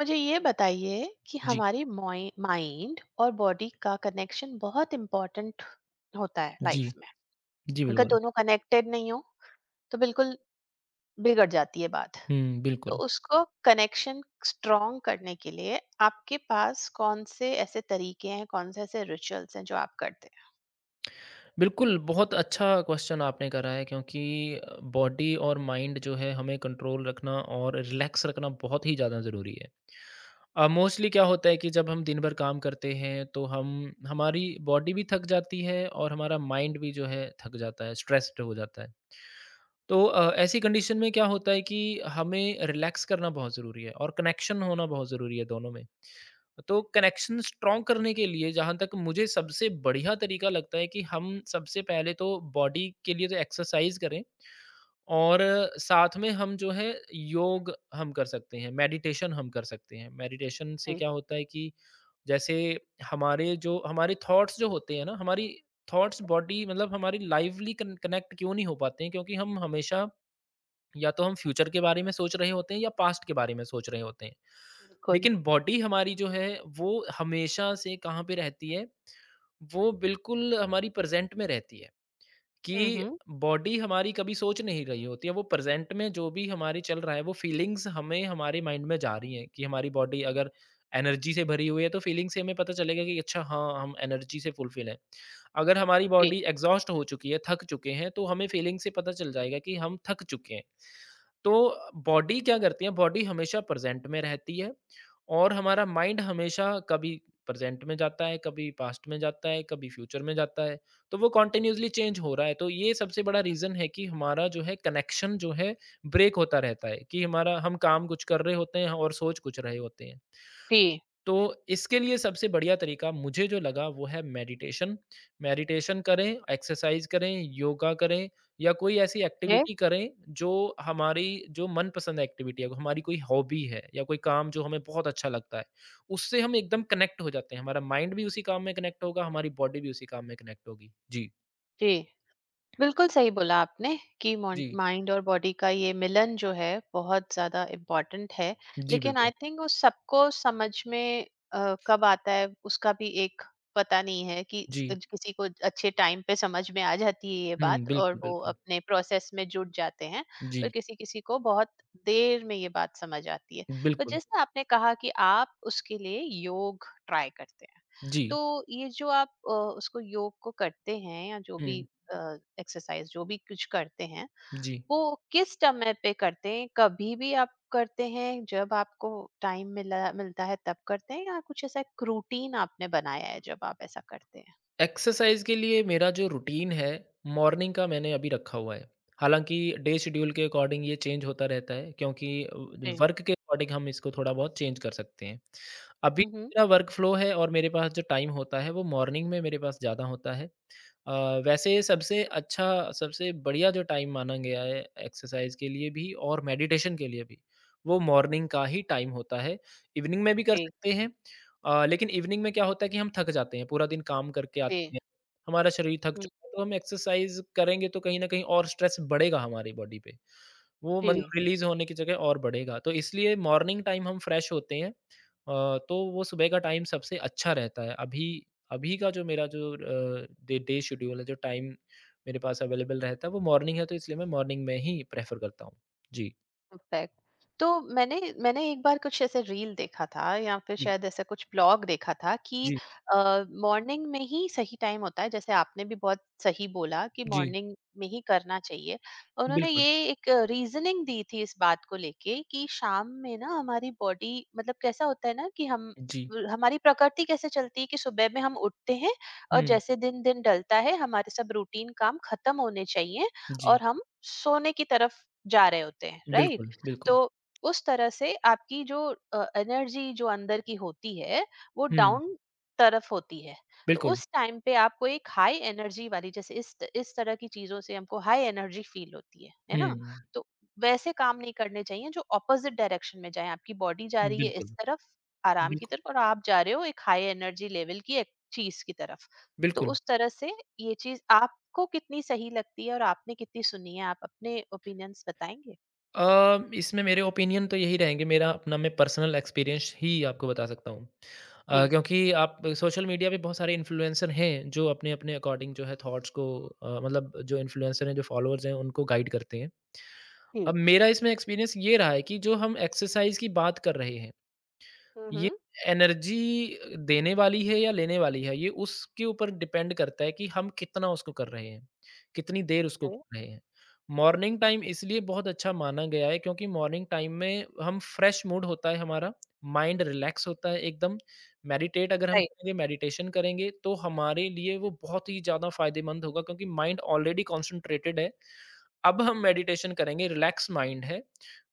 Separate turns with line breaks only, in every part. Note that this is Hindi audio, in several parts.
मुझे ये बताइए कि
जी,
हमारी माइंड और बॉडी का कनेक्शन बहुत इम्पोर्टेंट होता है
जी।
लाइफ में।
जी,
अगर
बिल्कुल।
दोनों कनेक्टेड नहीं हो तो बिल्कुल बिगड़ जाती है बात।
हुँ,
तो
बिल्कुल।
उसको कनेक्शन स्ट्रॉन्ग करने के लिए आपके पास कौन से ऐसे तरीके हैं, कौन से ऐसे रिचुअल्स हैं जो आप करते हैं?
बिल्कुल, बहुत अच्छा क्वेश्चन आपने करा है क्योंकि बॉडी और माइंड जो है हमें कंट्रोल रखना और रिलैक्स रखना बहुत ही ज़्यादा ज़रूरी है। मोस्टली क्या होता है कि जब हम दिन भर काम करते हैं तो हम हमारी बॉडी भी थक जाती है और हमारा माइंड भी जो है थक जाता है, स्ट्रेस्ड हो जाता है। तो ऐसी कंडीशन में क्या होता है कि हमें रिलैक्स करना बहुत ज़रूरी है और कनेक्शन होना बहुत ज़रूरी है दोनों में। तो कनेक्शन स्ट्रॉन्ग करने के लिए जहाँ तक मुझे सबसे बढ़िया तरीका लगता है कि हम सबसे पहले तो बॉडी के लिए तो एक्सरसाइज करें और साथ में हम जो है योग हम कर सकते हैं, मेडिटेशन हम कर सकते हैं। मेडिटेशन से
जी,
क्या होता है कि जैसे हमारे थॉट्स जो होते हैं ना, हमारी थॉट्स बॉडी मतलब हमारी लाइवली कन कनेक्ट क्यों नहीं हो पाते हैं, क्योंकि हम हमेशा या तो हम फ्यूचर के बारे में सोच रहे होते हैं या पास्ट के बारे में सोच रहे होते हैं।
बिल्कुल।
लेकिन बॉडी हमारी जो है, वो हमेशा से कहाँ पे रहती है? वो बिल्कुल हमारी प्रेज़ेंट में रहती है। कि
हम्म।
बॉडी हमारी कभी सोच नहीं रही होती है, वो प्रेज़ेंट में जो भी हमारी चल रहा है वो फीलिंग्स हमें हमारे माइंड में जा रही हैं कि हमारी बॉडी अगर एनर्जी से भरी हुई है तो फीलिंग से हमें पता चलेगा कि अच्छा हाँ, हम एनर्जी से फुलफिल हैं। अगर हमारी
जी
बॉडी एग्ज़ॉस्ट हो चुकी है, थक चुके हैं, तो हमें फीलिंग से पता चल जाएगा कि हम थक चुके हैं। तो बॉडी क्या करती है? बॉडी हमेशा प्रेजेंट में रहती है, और हमारा माइंड हमेशा कभी प्रेजेंट में जाता है, कभी पास्ट में जाता है, कभी फ्यूचर में जाता है। तो वो कॉन्टिन्यूसली चेंज हो रहा है, तो ये सबसे बड़ा रीज़न है कि हमारा जो है कनेक्शन जो है ब्रेक होता रहता है कि हमारा हम काम कुछ कर रहे होते हैं और सोच कुछ रहे होते हैं।
जी।
तो इसके लिए सबसे बढ़िया तरीका मुझे जो लगा वो है मेडिटेशन। मेडिटेशन करें, एक्सरसाइज़ करें, योगा करें या कोई ऐसी
है।
एक्टिविटी करें जो हमारी जो मनपसंद एक्टिविटी है, हमारी कोई हॉबी है या कोई काम जो हमें बहुत अच्छा लगता है। उससे हम एकदम कनेक्ट हो जाते हैं, हमारा माइंड भी उसी काम में कनेक्ट होगा, हमारी बॉडी भी उसी काम में कनेक्ट होगी। जी,
जी, बिल्कुल सही बोला आपने कि
जी,
माइंड और बॉडी का ये मिलन जो है बहुत ज्यादा इम्पोर्टेंट है।
जी
लेकिन
बिल्कुल।
आई थिंक उस सबको समझ में कब आता है उसका भी एक पता नहीं है कि
जी।
किसी को अच्छे टाइम पे समझ में आ जाती है ये
हुँ,
बात और
बिल्कुल,
वो
बिल्कुल।
अपने प्रोसेस में जुट जाते हैं। और
जी,
किसी किसी को बहुत देर में ये बात समझ आती है। तो
बिल्कुल।
जैसे आपने कहा कि आप उसके लिए योग ट्राई करते हैं,
जी।
तो ये जो आप उसको योग को करते हैं या जो भी
हुँ,
एक्सरसाइज जो भी कुछ करते हैं,
जी।
वो किस समय पे करते हैं? कभी भी आप करते हैं जब आपको टाइम मिला मिलता है तब करते हैं, या कुछ ऐसा एक रूटीन आपने बनाया है जब आप ऐसा करते हैं?
एक्सरसाइज के लिए मेरा जो रूटीन है मॉर्निंग का मैंने अभी रखा हुआ है। हालाँकि डे शेड्यूल के अकॉर्डिंग ये चेंज होता रहता है, क्योंकि
जी।
वर्क के अकॉर्डिंग हम इसको थोड़ा बहुत चेंज कर सकते हैं। अभी
हम्म।
मेरा वर्क फ्लो है, और मेरे पास जो टाइम होता है वो मॉर्निंग में मेरे पास ज़्यादा होता है। अ, वैसे सबसे बढ़िया जो टाइम माना गया है एक्सरसाइज के लिए भी और मेडिटेशन के लिए भी, वो मॉर्निंग का ही टाइम होता है। इवनिंग में भी कर
जी
सकते हैं, लेकिन इवनिंग में क्या होता है कि हम थक जाते हैं, पूरा दिन काम करके आते
जी।
हैं, हमारा शरीर थक
हम्म,
चुका है, तो हम एक्सरसाइज करेंगे तो कहीं न कहीं और स्ट्रेस बढ़ेगा हमारी बॉडी पे। वो
जी।
मतलब रिलीज़ होने की जगह और बढ़ेगा। तो इसलिए मॉर्निंग टाइम हम फ्रेश होते हैं, तो वो सुबह का टाइम सबसे अच्छा रहता है। अभी अभी का जो डे डे शेड्यूल है, जो टाइम मेरे पास अवेलेबल रहता है, वो मॉर्निंग है, तो इसलिए मैं मॉर्निंग में ही प्रेफ़र करता हूँ। जी।
इम्पैक्ट। तो मैंने मैंने एक बार कुछ ऐसे रील देखा था या फिर
जी,
शायद ऐसा कुछ ब्लॉग देखा था कि
जी,
मॉर्निंग में ही सही टाइम होता है, जैसे आपने भी बहुत सही बोला कि
जी,
मॉर्निंग में ही करना चाहिए। उन्होंने
बिल्कुल।
ये एक रीजनिंग दी थी इस बात को लेके कि शाम में ना हमारी बॉडी मतलब कैसा होता है ना कि हम
जी।
हमारी प्रकृति कैसे चलती है कि सुबह में हम उठते हैं, और
हुँ,
जैसे दिन दिन ढलता है हमारे सब रूटीन काम खत्म होने चाहिए,
जी,
और हम सोने की तरफ जा रहे होते हैं राइट।
बिल्कुल, बिल्कुल।
तो उस तरह से आपकी जो एनर्जी जो अंदर की होती है वो
हुँ,
डाउन तरफ होती है। तो
बिल्कुल।
उस टाइम पे आपको एक हाई एनर्जी वाली जैसे इस तरह की चीजों से हमको हाई एनर्जी फील होती है ना?
हुँ,
तो वैसे काम नहीं करने चाहिए जो ऑपोजिट डायरेक्शन में जाए। आपकी बॉडी जा रही है इस
बिल्कुल,
तरफ आराम की
बिल्कुल,
तरफ, और आप जा रहे हो एक हाई एनर्जी लेवल की एक चीज की तरफ। तो
बिल्कुल।
उस तरह से ये चीज आपको कितनी सही लगती है और आपने कितनी सुनी है, आप अपने ओपिनियंस बताएंगे?
इसमें मेरे ओपिनियन तो यही रहेंगे, मेरा अपना मैं पर्सनल एक्सपीरियंस ही आपको बता सकता हूँ।
जी।
क्योंकि आप सोशल मीडिया पे बहुत सारे इन्फ्लुएंसर हैं जो अपने-अपने अकॉर्डिंग जो है थॉट्स को मतलब जो इन्फ्लुएंसर हैं, जो फॉलोअर्स हैं उनको गाइड करते हैं।
जी।
अब मेरा इसमें एक्सपीरियंस ये रहा है कि जो हम एक्सरसाइज़ की बात कर रहे हैं, ये
Mhm.
एनर्जी देने वाली है या लेने वाली है, ये उसके ऊपर डिपेंड करता है कि हम कितना उसको कर रहे हैं, कितनी देर उसको
Okay.
कर रहे हैं। मॉर्निंग टाइम इसलिए बहुत अच्छा माना गया है, क्योंकि मॉर्निंग टाइम में हम फ्रेश मूड होता है हमारा, माइंड रिलैक्स होता है एकदम। मेडिटेट अगर हम
Right.
करेंगे, मेडिटेशन करेंगे, तो हमारे लिए वो बहुत ही ज़्यादा फ़ायदेमंद होगा, क्योंकि माइंड ऑलरेडी कॉन्सन्ट्रेटेड है। अब हम मेडिटेशन करेंगे, रिलैक्स माइंड है,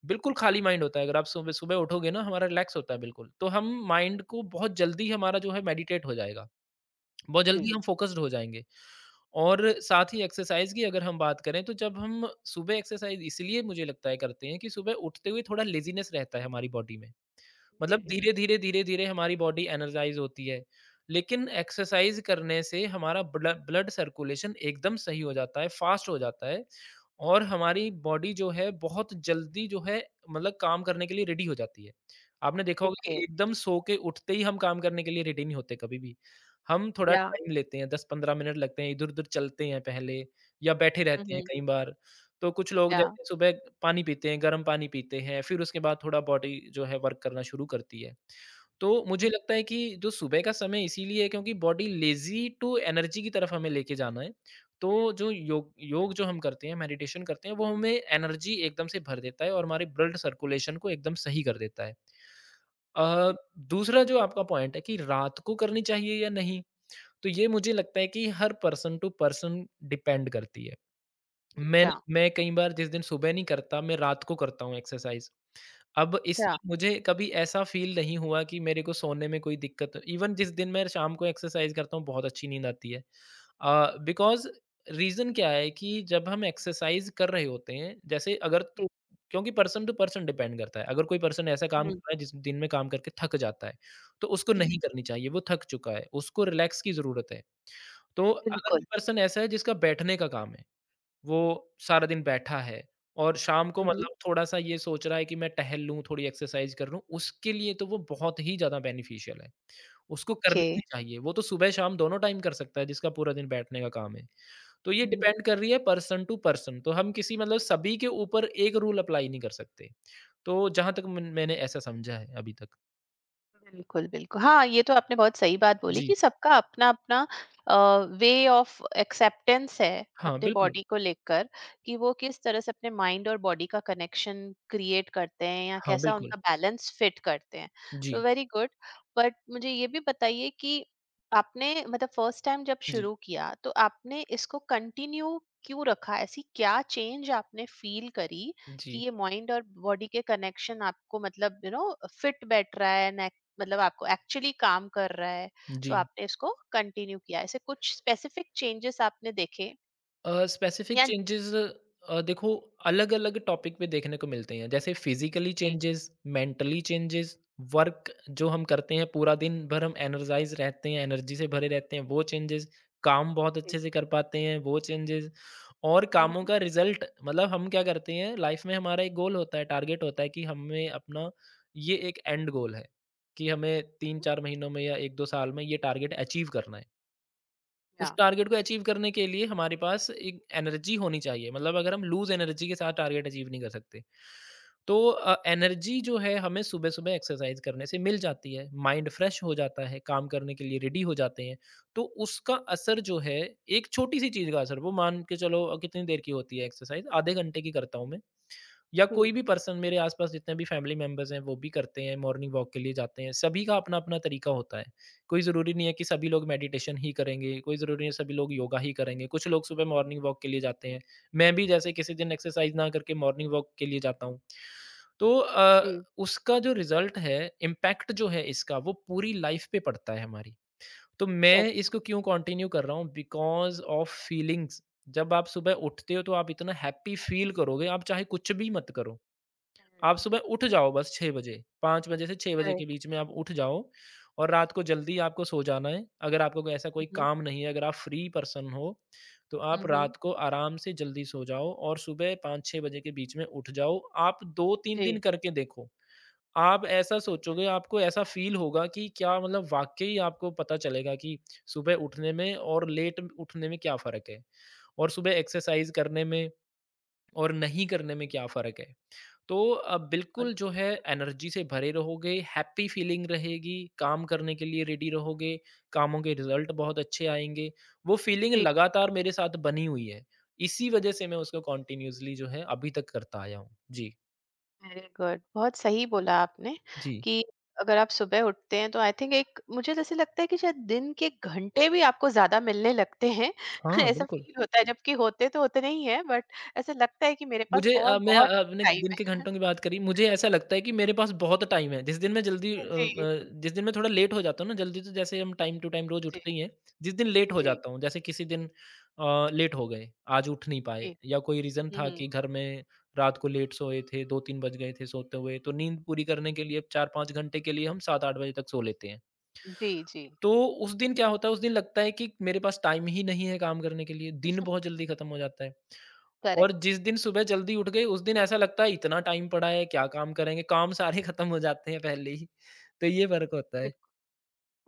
बिल्कुल खाली माइंड होता है। अगर आप सुबह सुबह उठोगे ना, हमारा रिलैक्स होता है बिल्कुल। तो हम माइंड को बहुत जल्दी, हमारा जो है मेडिटेट हो जाएगा, बहुत जल्दी
जी,
हम फोकस्ड हो जाएँगे। और साथ ही एक्सरसाइज़ की अगर हम बात करें, तो जब हम सुबह एक्सरसाइज़ इसलिए मुझे लगता है करते हैं कि सुबह उठते हुए थोड़ा लेज़ीनेस रहता है हमारी बॉडी में। मतलब
जी।
धीरे-धीरे, धीरे-धीरे हमारी बॉडी एनर्जाइज़ होती है। लेकिन एक्सरसाइज़ करने से हमारा ब्लड सर्कुलेशन एकदम सही हो जाता है, फ़ास्ट हो जाता है और हमारी बॉडी जो है बहुत जल्दी जो है मतलब काम करने के लिए रेडी हो जाती है। आपने देखा होगा कि
Okay.
एकदम सो के उठते ही हम काम करने के लिए रेडी नहीं होते कभी भी। हम थोड़ा
Yeah.
टाइम लेते हैं, 10-15 मिनट लगते हैं, इधर-उधर चलते हैं पहले या बैठे रहते हैं
हुँ,
कई बार। तो कुछ लोग
या,
जैसे सुबह पानी पीते हैं, गर्म पानी पीते हैं, फिर उसके बाद थोड़ा बॉडी जो है वर्क करना शुरू करती है। तो मुझे
हुँ।
लगता है कि जो सुबह का समय इसीलिए है, क्योंकि बॉडी लेज़ी टू एनर्जी की तरफ हमें लेके जाना है। तो जो योग योग जो हम करते हैं, मेडिटेशन करते हैं, वो हमें एनर्जी एकदम से भर देता है और हमारे ब्लड सर्कुलेशन को एकदम सही कर देता है। अ, दूसरा जो आपका पॉइंट है कि रात को करनी चाहिए या नहीं, तो ये मुझे लगता है कि हर पर्सन टू पर्सन डिपेंड करती है। मैंने
अच्छा,
मैं कई बार जिस दिन सुबह नहीं करता, मैं रात को करता हूँ एक्सरसाइज़। अब इसमें
अच्छा।
मुझे कभी ऐसा फ़ील नहीं हुआ कि मेरे को सोने में कोई दिक्कत, इवन जिस दिन मैं शाम को एक्सरसाइज़ करता हूँ, बहुत अच्छी नींद आती है। बिकॉज़ रीज़न क्या है कि जब हम एक्सरसाइज़ कर रहे होते हैं, जैसे अगर त
जी,
क्योंकि पर्सन टू पर्सन डिपेंड करता है। अगर कोई पर्सन ऐसा काम कर
हुँ,
रहा है, जिस दिन में काम करके थक जाता है, तो उसको
जी,
नहीं करनी चाहिए, वो थक चुका है, उसको रिलैक्स की ज़रूरत है। तो अगर
बिल्कुल।
कोई पर्सन ऐसा है जिसका बैठने का काम है, वो सारा दिन बैठा है और शाम को
हुँ, हुँ।
मतलब थोड़ा-सा ये सोच रहा है कि मैं टहल लूँ, थोड़ी एक्सरसाइज़ कर लूँ, उसके लिए तो वो बहुत ही ज़्यादा बेनिफिशियल है। उसको करनी
ओके।
भी चाहिए, वो तो सुबह-शाम दोनों टाइम कर सकता है जिसका पूरा दिन बैठने का काम है। तो ये डिपेंड कर रही है पर्सन टू पर्सन, तो हम किसी मतलब सभी के ऊपर एक रूल अप्लाई नहीं कर सकते। तो जहाँ तक मन मैंने ऐसा समझा है अभी तक।
बिल्कुल, बिल्कुल। हाँ, ये तो आपने बहुत सही बात बोली
जी।
कि सबका अपना-अपना अ, वे ऑफ एक्सेप्टेंस है
हाँ,
अपने
बिल्कुल।
बॉडी को लेकर, कि वो किस तरह से अपने माइंड और बॉडी का कनेक्शन क्रिएट करते हैं या
हाँ,
कैसा
बिल्कुल।
उनका बैलेंस फिट करते हैं।
जी,
वेरी गुड। बट मुझे ये भी बताइए कि आपने मतलब फर्स्ट टाइम जब
जी,
शुरू किया तो आपने इसको कंटिन्यू क्यों रखा? ऐसी क्या चेंज आपने फ़ील करी कि
जी,
ये माइंड और बॉडी के कनेक्शन आपको मतलब यू नो फिट बैठ रहा है, मतलब आपको एक्चुअली काम कर रहा है, तो
जी।
आपने इसको कंटिन्यू किया? ऐसे कुछ स्पेसिफिक चेंजेस आपने देखे
स्पेसिफिक
या?
चेंजेस देखो, अलग अलग टॉपिक पे देखने को मिलते हैं, जैसे फिजिकली
जी
चेंजेस, मेंटली चेंजेस, वर्क जो हम करते हैं पूरा दिन भर हम एनर्जाइज रहते हैं, एनर्जी से भरे रहते हैं, वो चेंजेस, काम बहुत
जी।
अच्छे से कर पाते हैं वो चेंजेस, और
हम्म,
कामों
हम्म,
का रिजल्ट, मतलब हम क्या करते हैं। लाइफ में हमारा एक गोल होता है, टारगेट होता है कि हमें अपना ये एक एंड गोल है कि हमें तीन
हम्म,
चार महीनों में या 1-2 साल में ये टारगेट अचीव करना है। उस
या
टारगेट को अचीव करने के लिए हमारे पास एक एनर्जी होनी चाहिए, मतलब अगर हम लूज एनर्जी के साथ टारगेट अचीव नहीं कर सकते। तो एनर्जी जो है हमें सुबह सुबह एक्सरसाइज करने से मिल जाती है, माइंड फ्रेश हो जाता है, काम करने के लिए रेडी हो जाते हैं। तो उसका असर जो है, एक छोटी सी चीज़ का असर वो मान के चलो, कितनी देर की होती है एक्सरसाइज? आधे घंटे की करता हूँ मैं या
हम्म,
कोई भी पर्सन। मेरे आसपास जितने भी फैमिली मेंबर्स हैं वो भी करते हैं, मॉर्निंग वॉक के लिए जाते हैं, सभी का अपना अपना तरीका होता है। कोई ज़रूरी नहीं है कि सभी लोग मेडिटेशन ही करेंगे, कोई ज़रूरी नहीं है सभी लोग योगा ही करेंगे, कुछ लोग सुबह मॉर्निंग वॉक के लिए जाते हैं। मैं भी जैसे किसी दिन एक्सरसाइज ना करके मॉर्निंग वॉक के लिए जाता हूँ। तो
जी जी।
उसका जो रिजल्ट है, इम्पैक्ट जो है इसका, वो पूरी लाइफ पे पड़ता है हमारी। तो मैं
करेक्ट।
इसको क्यों कंटिन्यू कर रहा हूँ? Because of feelings. जब आप सुबह उठते हो तो आप इतना हैप्पी फील करोगे, आप चाहे कुछ भी मत करो। आप सुबह उठ जाओ बस 6 बजे, 5 बजे से 6 बजे के
करेक्ट।
बीच में आप उठ जाओ। और रात को जल्दी आपको सो जाना है। अगर आपको कोई ऐसा कोई
हम्म
काम नहीं है, अगर आप फ्री पर्सन हो, तो आप
हम्म।
रात को आराम से जल्दी सो जाओ और सुबह 5-6 बजे के बीच में उठ जाओ। आप 2-3 दिन
जी।
करके देखो। आप ऐसा सोचोगे, आपको ऐसा फ़ील होगा कि क्या मतलब वाक़ई आपको पता चलेगा कि सुबह उठने में और लेट उठने में क्या फ़र्क है, और सुबह एक्सरसाइज़ करने में और नहीं करने में क्या फ़र्क है। तो
good,
बिल्कुल जो है एनर्जी से भरे रहोगे, हैप्पी फीलिंग रहेगी, काम करने के लिए रेडी रहोगे, कामों के रिज़ल्ट बहुत अच्छे आएँगे। वो फीलिंग
जी।
लगातार मेरे साथ बनी हुई है। इसी वजह से मैं उसको कंटिन्यूअसली जो है अभी तक करता आया हूँ। जी।
वेरी गुड, बहुत सही बोला आपने
जी।
कि अगर आप सुबह उठते हैं तो आई थिंक एक मुझे जैसे लगता है कि शायद दिन के घंटे भी आपको ज्यादा मिलने लगते हैं।
हाँ,
ऐसा
बिल्कुल।
फील होता है जबकि होते तो उतने ही है, बट ऐसा लगता है कि मेरे पास
मुझे
और
मैं
बहुत
आपने
टाइम
दिन के
है।
घंटों की बात करी, मुझे ऐसा लगता है कि मेरे पास बहुत टाइम है। जिस दिन मैं जल्दी
जी,
जिस दिन मैं थोड़ा लेट हो जाता हूँ ना, जल्दी तो जैसे हम टाइम टू टाइम रोज़
जी,
उठते ही हैं। जिस दिन लेट हो
जी,
जाता हूँ, जैसे किसी दिन लेट हो गए, आज उठ नहीं पाए
जी।
या कोई रीज़न
हुँ,
था
हुँ।
कि घर में रात को लेट सोए थे, 2-3 बज गए थे सोते हुए, तो नींद पूरी करने के लिए 4-5 घंटे के लिए हम 7-8 बजे तक सो लेते हैं।
जी, जी,
तो उस दिन क्या होता है, उस दिन लगता है कि मेरे पास टाइम ही नहीं है काम करने के लिए, दिन बहुत जल्दी खत्म हो जाता है। और
करेक्ट।
जिस दिन सुबह जल्दी उठ गए, उस दिन ऐसा लगता है इतना टाइम पड़ा है, क्या काम करेंगे? काम सारे खत्म हो जाते हैं पहले ही। तो ये फ़र्क होता है।
बिल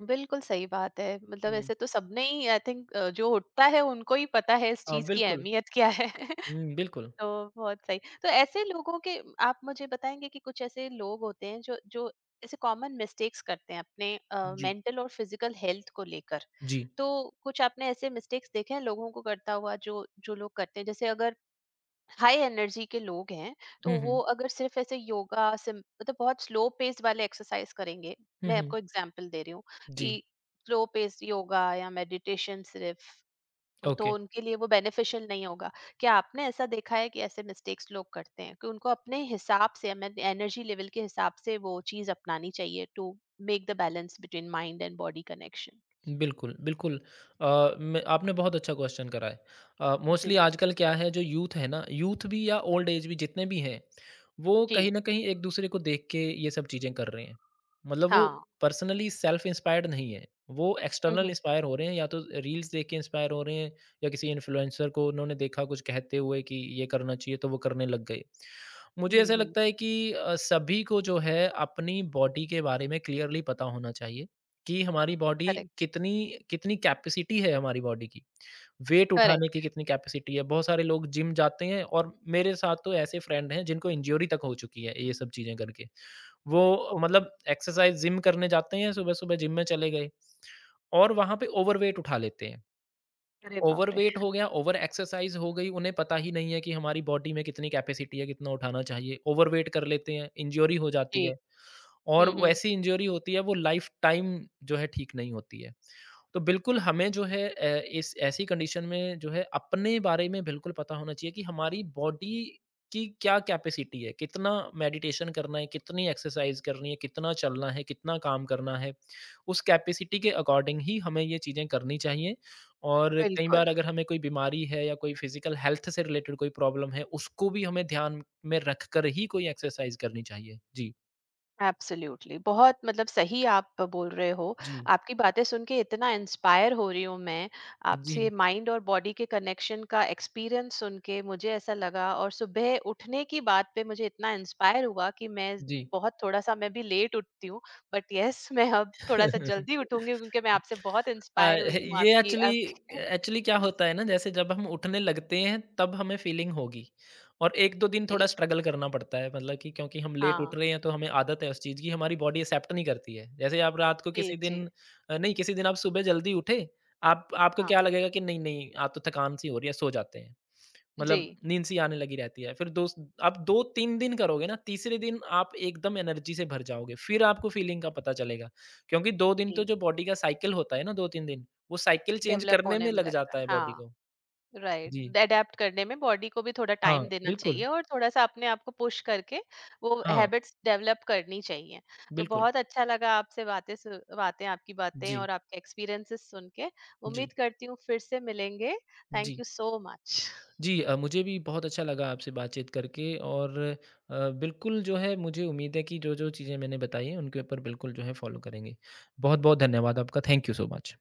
बिल्कुल सही बात है। मतलब
हुँ।
ऐसे तो सबने ही आई थिंक जो उठता है उनको ही पता है इस
हाँ,
चीज़ की
बिल्कुल।
अहमियत क्या है।
हुँ, बिल्कुल।
तो बहुत सही। तो ऐसे लोगों के आप मुझे बताएँगे कि कुछ ऐसे लोग होते हैं जो जो ऐसे कॉमन मिस्टेक्स करते हैं अपने
जी,
मेंटल और फिजिकल हेल्थ को लेकर।
जी।
तो कुछ आपने ऐसे मिस्टेक्स देखे हैं लोगों को करता हुआ जो जो लोग करते हैं? जैसे अगर हाई एनर्जी के लोग हैं तो
हुँ,
वो
हुँ।
अगर सिर्फ ऐसे योगा सिम मतलब बहुत स्लो पेस वाले एक्सरसाइज करेंगे,
हुँ,
मैं
हुँ।
आपको एग्जांपल दे रही हूँ कि
जी,
स्लो पेस योगा या मेडिटेशन सिर्फ, तो
ओके।
उनके लिए वो बेनिफिशियल नहीं होगा। क्या आपने ऐसा देखा है कि ऐसे मिस्टेक्स लोग करते हैं कि उनको अपने हिसाब से एनर्जी लेवल के हिसाब से वो चीज अपनानी चाहिए to make the balance between mind and body connection?
बिल्कुल, बिल्कुल। मैं आपने बहुत अच्छा क्वेश्चन करा है। मोस्टली
जी।
आजकल क्या है जो यूथ है ना, यूथ भी या ओल्ड एज भी जितने भी हैं, वो
जी।
कहीं न कहीं एक-दूसरे को देख के ये सब चीज़ें कर रहे हैं। मतलब वो
हाँ।
पर्सनली सेल्फ इंस्पायर्ड नहीं है, वो एक्सटर्नल
हम्म
इंस्पायर हो रहे हैं या तो रील्स देख के इंस्पायर हो रहे हैं, या किसी इन्फ्लुएंसर को उन्होंने देखा कुछ कहते हुए कि ये करना चाहिए तो वो करने लग गए। मुझे ऐसा
हम्म।
लगता है कि सभी को जो है अपनी बॉडी के बारे में क्लियरली पता होना चाहिए। कि हमारी बॉडी
करेक्ट।
कितनी कितनी कैपेसिटी है हमारी बॉडी की, वेट उठाने की
करेक्ट।
कितनी कैपेसिटी है। बहुत सारे लोग जिम जाते हैं और मेरे साथ तो ऐसे फ्रेंड हैं जिनको इंजरी तक हो चुकी है ये सब चीज़ें करके। वो मतलब एक्सरसाइज जिम करने जाते हैं, सुबह सुबह जिम में चले गए और वहाँ पे ओवरवेट उठा लेते हैं।
अरे बाप रे!
ओवरवेट हो गया, ओवर एक्सरसाइज हो गई, उन्हें पता ही नहीं है कि हमारी बॉडी में कितनी कैपेसिटी है, कितना उठाना चाहिए। ओवरवेट कर लेते हैं, इंजरी हो जाती
जी।
है। और
हम्म।
वैसी इंजरी होती है वो लाइफ टाइम जो है ठीक नहीं होती है। तो बिल्कुल हमें जो है इस ऐसी कंडीशन में जो है अपने बारे में बिल्कुल पता होना चाहिए कि हमारी बॉडी की क्या कैपेसिटी है, कितना मेडिटेशन करना है, कितनी एक्सरसाइज़ करनी है, कितना चलना है, कितना काम करना है। उस कैपेसिटी के अकॉर्डिंग ही हमें ये चीज़ें करनी चाहिए। और कई
बिल्कुल,
बार अगर हमें कोई बीमारी है या कोई फिज़िकल हेल्थ से रिलेटेड कोई प्रॉब्लम है, उसको भी हमें ध्यान में रखकर ही कोई एक्सरसाइज़ करनी चाहिए। जी।
एब्सोल्युटली, बहुत मतलब सही आप बोल रहे हो।
जी।
आपकी बातें सुन के इतना इंस्पायर हो रही हूँ मैं, आपसे
जी,
माइंड और बॉडी के कनेक्शन का एक्सपीरियंस सुन के मुझे ऐसा लगा, और सुबह उठने की बात पे मुझे इतना इंस्पायर हुआ कि मैं
जी।
बहुत थोड़ा-सा मैं भी लेट उठती हूँ, बट येस मैं अब थोड़ा-सा जल्दी उठूँगी, क्योंकि मैं आपसे बहुत
अ,
इंस्पायर हुई हूँ
ये
आपकी
एक्चुअली
आपके
एक्चुअली क्या होता है ना, जैसे जब हम उठने लगते हैं तब हमें फ़ीलिंग होगी। और 1-2 दिन थोड़ा
जी,
स्ट्रगल करना पड़ता है मतलब कि, क्योंकि हम लेट उठ
हाँ।
रहे हैं तो हमें आदत है उस चीज़ की, हमारी बॉडी एक्सेप्ट नहीं करती है। जैसे आप रात को
जी,
किसी
जी,
दिन नहीं किसी दिन आप सुबह जल्दी उठे, आप आपको
हाँ।
क्या लगेगा कि नहीं, नहीं आज तो थकान सी हो रही है, सो जाते हैं। मतलब
जी,
नींद सी आने लगी रहती है। फिर दोस्त आप 2-3 दिन करोगे ना, तीसरे दिन आप एकदम एनर्जी से भर जाओगे, फिर आपको फ़ीलिंग का पता चलेगा। क्योंकि 2 दिन तो
जी,
जो बॉडी का साइकिल होता है ना, 2-3 दिन, वो साइकिल चेंज
डेवलप
करने
होने
में
में
लग
लगता है।
जाता है बॉडी
हाँ।
को। जी।
राइट, अडेप्ट करने में बॉडी को भी थोड़ा
हाँ,
टाइम देना
बिल्कुल।
चाहिए और थोड़ा सा अपने आप को पुश करके वो
हाँ,
हैबिट्स डेवलप करनी चाहिए। तो
बिल्कुल।
बहुत अच्छा लगा आपसे बातें बातें आपकी बातें
जी,
और आपके एक्सपीरियंसेस सुन के।
जी,
उम्मीद करती हूँ फिर से मिलेंगे। थैंक
जी।
You so much.
जी मुझे भी बहुत अच्छा लगा आपसे बातचीत करके, और बिल्कुल जो है मुझे उम्मीद है कि जो-जो चीज़ें मैंने बताई हैं, उनके ऊपर बिल्कुल जो है फ़ॉलो करेंगे। बहुत-बहुत धन्यवाद आपका। Thank you so much.